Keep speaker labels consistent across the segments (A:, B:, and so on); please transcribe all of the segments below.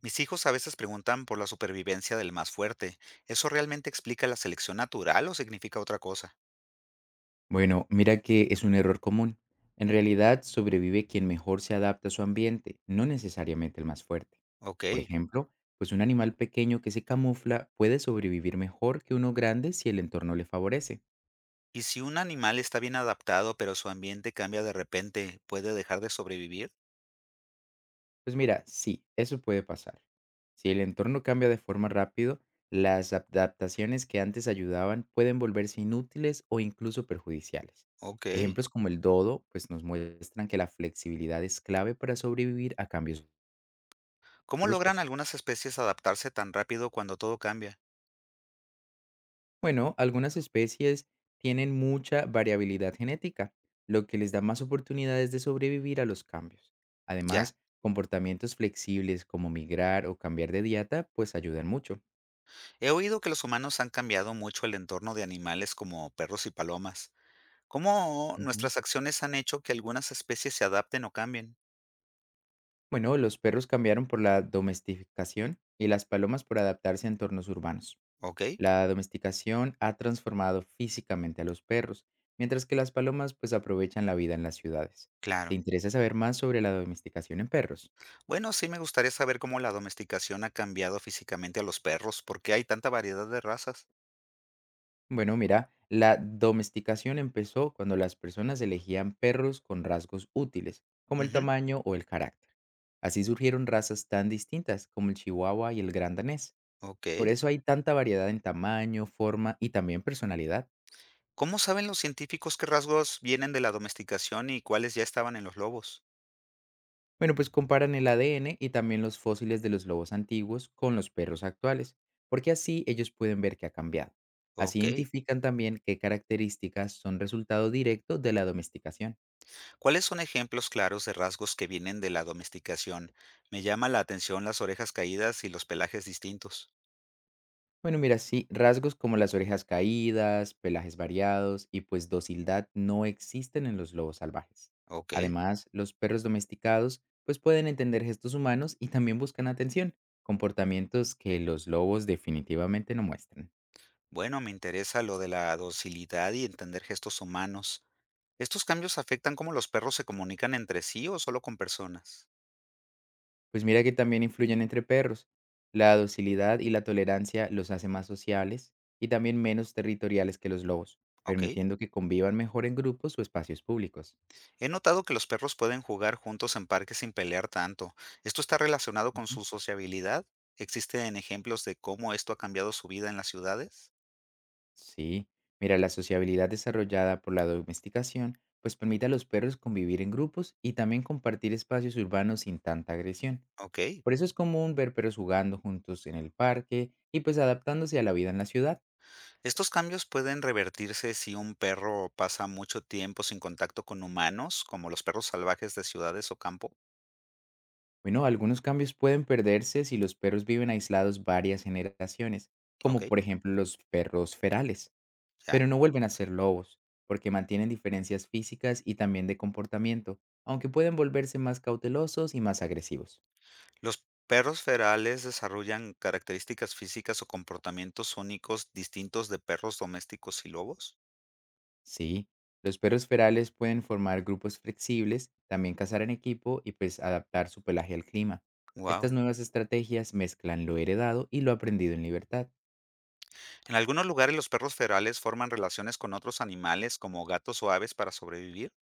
A: Mis hijos a veces preguntan por la supervivencia del más fuerte. ¿Eso realmente explica la selección natural o significa otra cosa?
B: Bueno, mira que es un error común. En realidad, sobrevive quien mejor se adapta a su ambiente, no necesariamente el más fuerte.
A: Ok.
B: Por ejemplo, pues un animal pequeño que se camufla puede sobrevivir mejor que uno grande si el entorno le favorece.
A: ¿Y si un animal está bien adaptado pero su ambiente cambia de repente, puede dejar de sobrevivir?
B: Pues mira, sí, eso puede pasar. Si el entorno cambia de forma rápido, las adaptaciones que antes ayudaban pueden volverse inútiles o incluso perjudiciales.
A: Ok.
B: Ejemplos como el dodo, pues nos muestran que la flexibilidad es clave para sobrevivir a cambios
A: ¿Cómo logran
B: bruscos.
A: algunas especies adaptarse tan rápido cuando todo cambia?
B: Bueno, algunas especies tienen mucha variabilidad genética, lo que les da más oportunidades de sobrevivir a los cambios.
A: Ya.
B: Además, comportamientos flexibles como migrar o cambiar de dieta pues ayudan mucho.
A: He oído que los humanos han cambiado mucho el entorno de animales como perros y palomas. ¿Cómo
B: Ujú.
A: nuestras acciones han hecho que algunas especies se adapten o cambien?
B: Bueno, los perros cambiaron por la domesticación y las palomas por adaptarse a entornos urbanos.
A: Ok.
B: La domesticación ha transformado físicamente a los perros, mientras que las palomas pues aprovechan la vida en las ciudades. ¿Te
A: Claro.
B: interesa saber más sobre la domesticación en perros?
A: Bueno, sí me gustaría saber cómo la domesticación ha cambiado físicamente a los perros, porque hay tanta variedad de razas.
B: Bueno, mira, la domesticación empezó cuando las personas elegían perros con rasgos útiles, como el
A: Ujú.
B: tamaño o el carácter. Así surgieron razas tan distintas como el chihuahua y el gran danés. Por
A: Ok.
B: eso hay tanta variedad en tamaño, forma y también personalidad.
A: ¿Cómo saben los científicos qué rasgos vienen de la domesticación y cuáles ya estaban en los lobos?
B: Bueno, pues comparan el ADN y también los fósiles de los lobos antiguos con los perros actuales, porque así ellos pueden ver que ha cambiado. Así
A: Ok.
B: identifican también qué características son resultado directo de la domesticación.
A: ¿Cuáles son ejemplos claros de rasgos que vienen de la domesticación? Me llama la atención las orejas caídas y los pelajes distintos.
B: Bueno, mira, sí, rasgos como las orejas caídas, pelajes variados y pues docilidad no existen en los lobos salvajes.
A: Ok.
B: Además, los perros domesticados pues pueden entender gestos humanos y también buscan atención, comportamientos que los lobos definitivamente no muestran.
A: Bueno, me interesa lo de la docilidad y entender gestos humanos. ¿Estos cambios afectan cómo los perros se comunican entre sí o solo con personas?
B: Pues mira que también influyen entre perros. La docilidad y la tolerancia los hace más sociales y también menos territoriales que los lobos,
A: Ok.
B: permitiendo que convivan mejor en grupos o espacios públicos.
A: He notado que los perros pueden jugar juntos en parques sin pelear tanto. ¿Esto está relacionado con su sociabilidad? ¿Existen ejemplos de cómo esto ha cambiado su vida en las ciudades?
B: Sí, mira, la sociabilidad desarrollada por la domesticación pues permite a los perros convivir en grupos y también compartir espacios urbanos sin tanta agresión.
A: Ok.
B: Por eso es común ver perros jugando juntos en el parque y pues adaptándose a la vida en la ciudad.
A: Estos cambios pueden revertirse si un perro pasa mucho tiempo sin contacto con humanos, como los perros salvajes de ciudades o campo.
B: Bueno, algunos cambios pueden perderse si los perros viven aislados varias generaciones,
A: Ok,
B: como por ejemplo los perros ferales,
A: ya.
B: pero no vuelven a ser lobos, porque mantienen diferencias físicas y también de comportamiento, aunque pueden volverse más cautelosos y más agresivos.
A: Los perros ferales desarrollan características físicas o comportamientos únicos distintos de perros domésticos y lobos.
B: Sí, los perros ferales pueden formar grupos flexibles, también cazar en equipo y pues adaptar su pelaje al clima. Estas
A: Wow.
B: nuevas estrategias mezclan lo heredado y lo aprendido en libertad.
A: En algunos lugares los perros ferales forman relaciones con otros animales como gatos o aves para sobrevivir.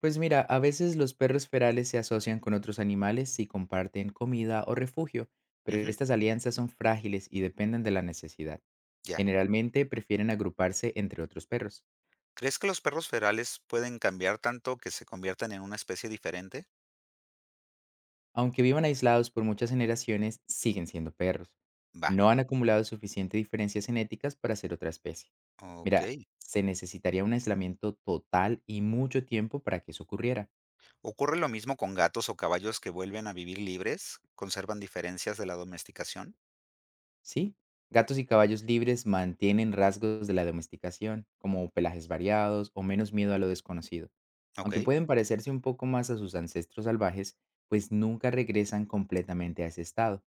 B: Pues mira, a veces los perros ferales se asocian con otros animales si comparten comida o refugio, pero
A: Ujú,
B: estas alianzas son frágiles y dependen de la necesidad.
A: ya.
B: Generalmente prefieren agruparse entre otros perros.
A: ¿Crees que los perros ferales pueden cambiar tanto que se conviertan en una especie diferente?
B: Aunque vivan aislados por muchas generaciones, siguen siendo perros.
A: Va.
B: No han acumulado suficiente diferencias genéticas para ser otra especie.
A: Ok.
B: Mira, se necesitaría un aislamiento total y mucho tiempo para que eso ocurriera.
A: ¿Ocurre lo mismo con gatos o caballos que vuelven a vivir libres? ¿Conservan diferencias de la domesticación?
B: ¿Sí? Gatos y caballos libres mantienen rasgos de la domesticación, como pelajes variados o menos miedo a lo desconocido.
A: Ok.
B: Aunque pueden parecerse un poco más a sus ancestros salvajes, pues nunca regresan completamente a ese estado.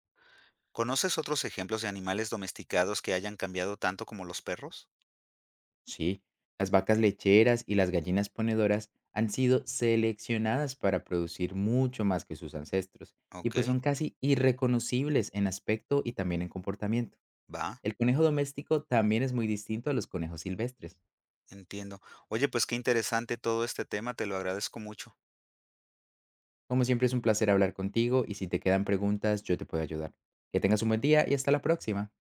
A: ¿Conoces otros ejemplos de animales domesticados que hayan cambiado tanto como los perros?
B: Sí, las vacas lecheras y las gallinas ponedoras han sido seleccionadas para producir mucho más que sus ancestros y pues
A: Ok.
B: son casi irreconocibles en aspecto y también en comportamiento.
A: Va.
B: El conejo doméstico también es muy distinto a los conejos silvestres.
A: Entiendo. Oye, pues qué interesante todo este tema, te lo agradezco mucho.
B: Como siempre es un placer hablar contigo y si te quedan preguntas yo te puedo ayudar. Que tengas un buen día y hasta la próxima.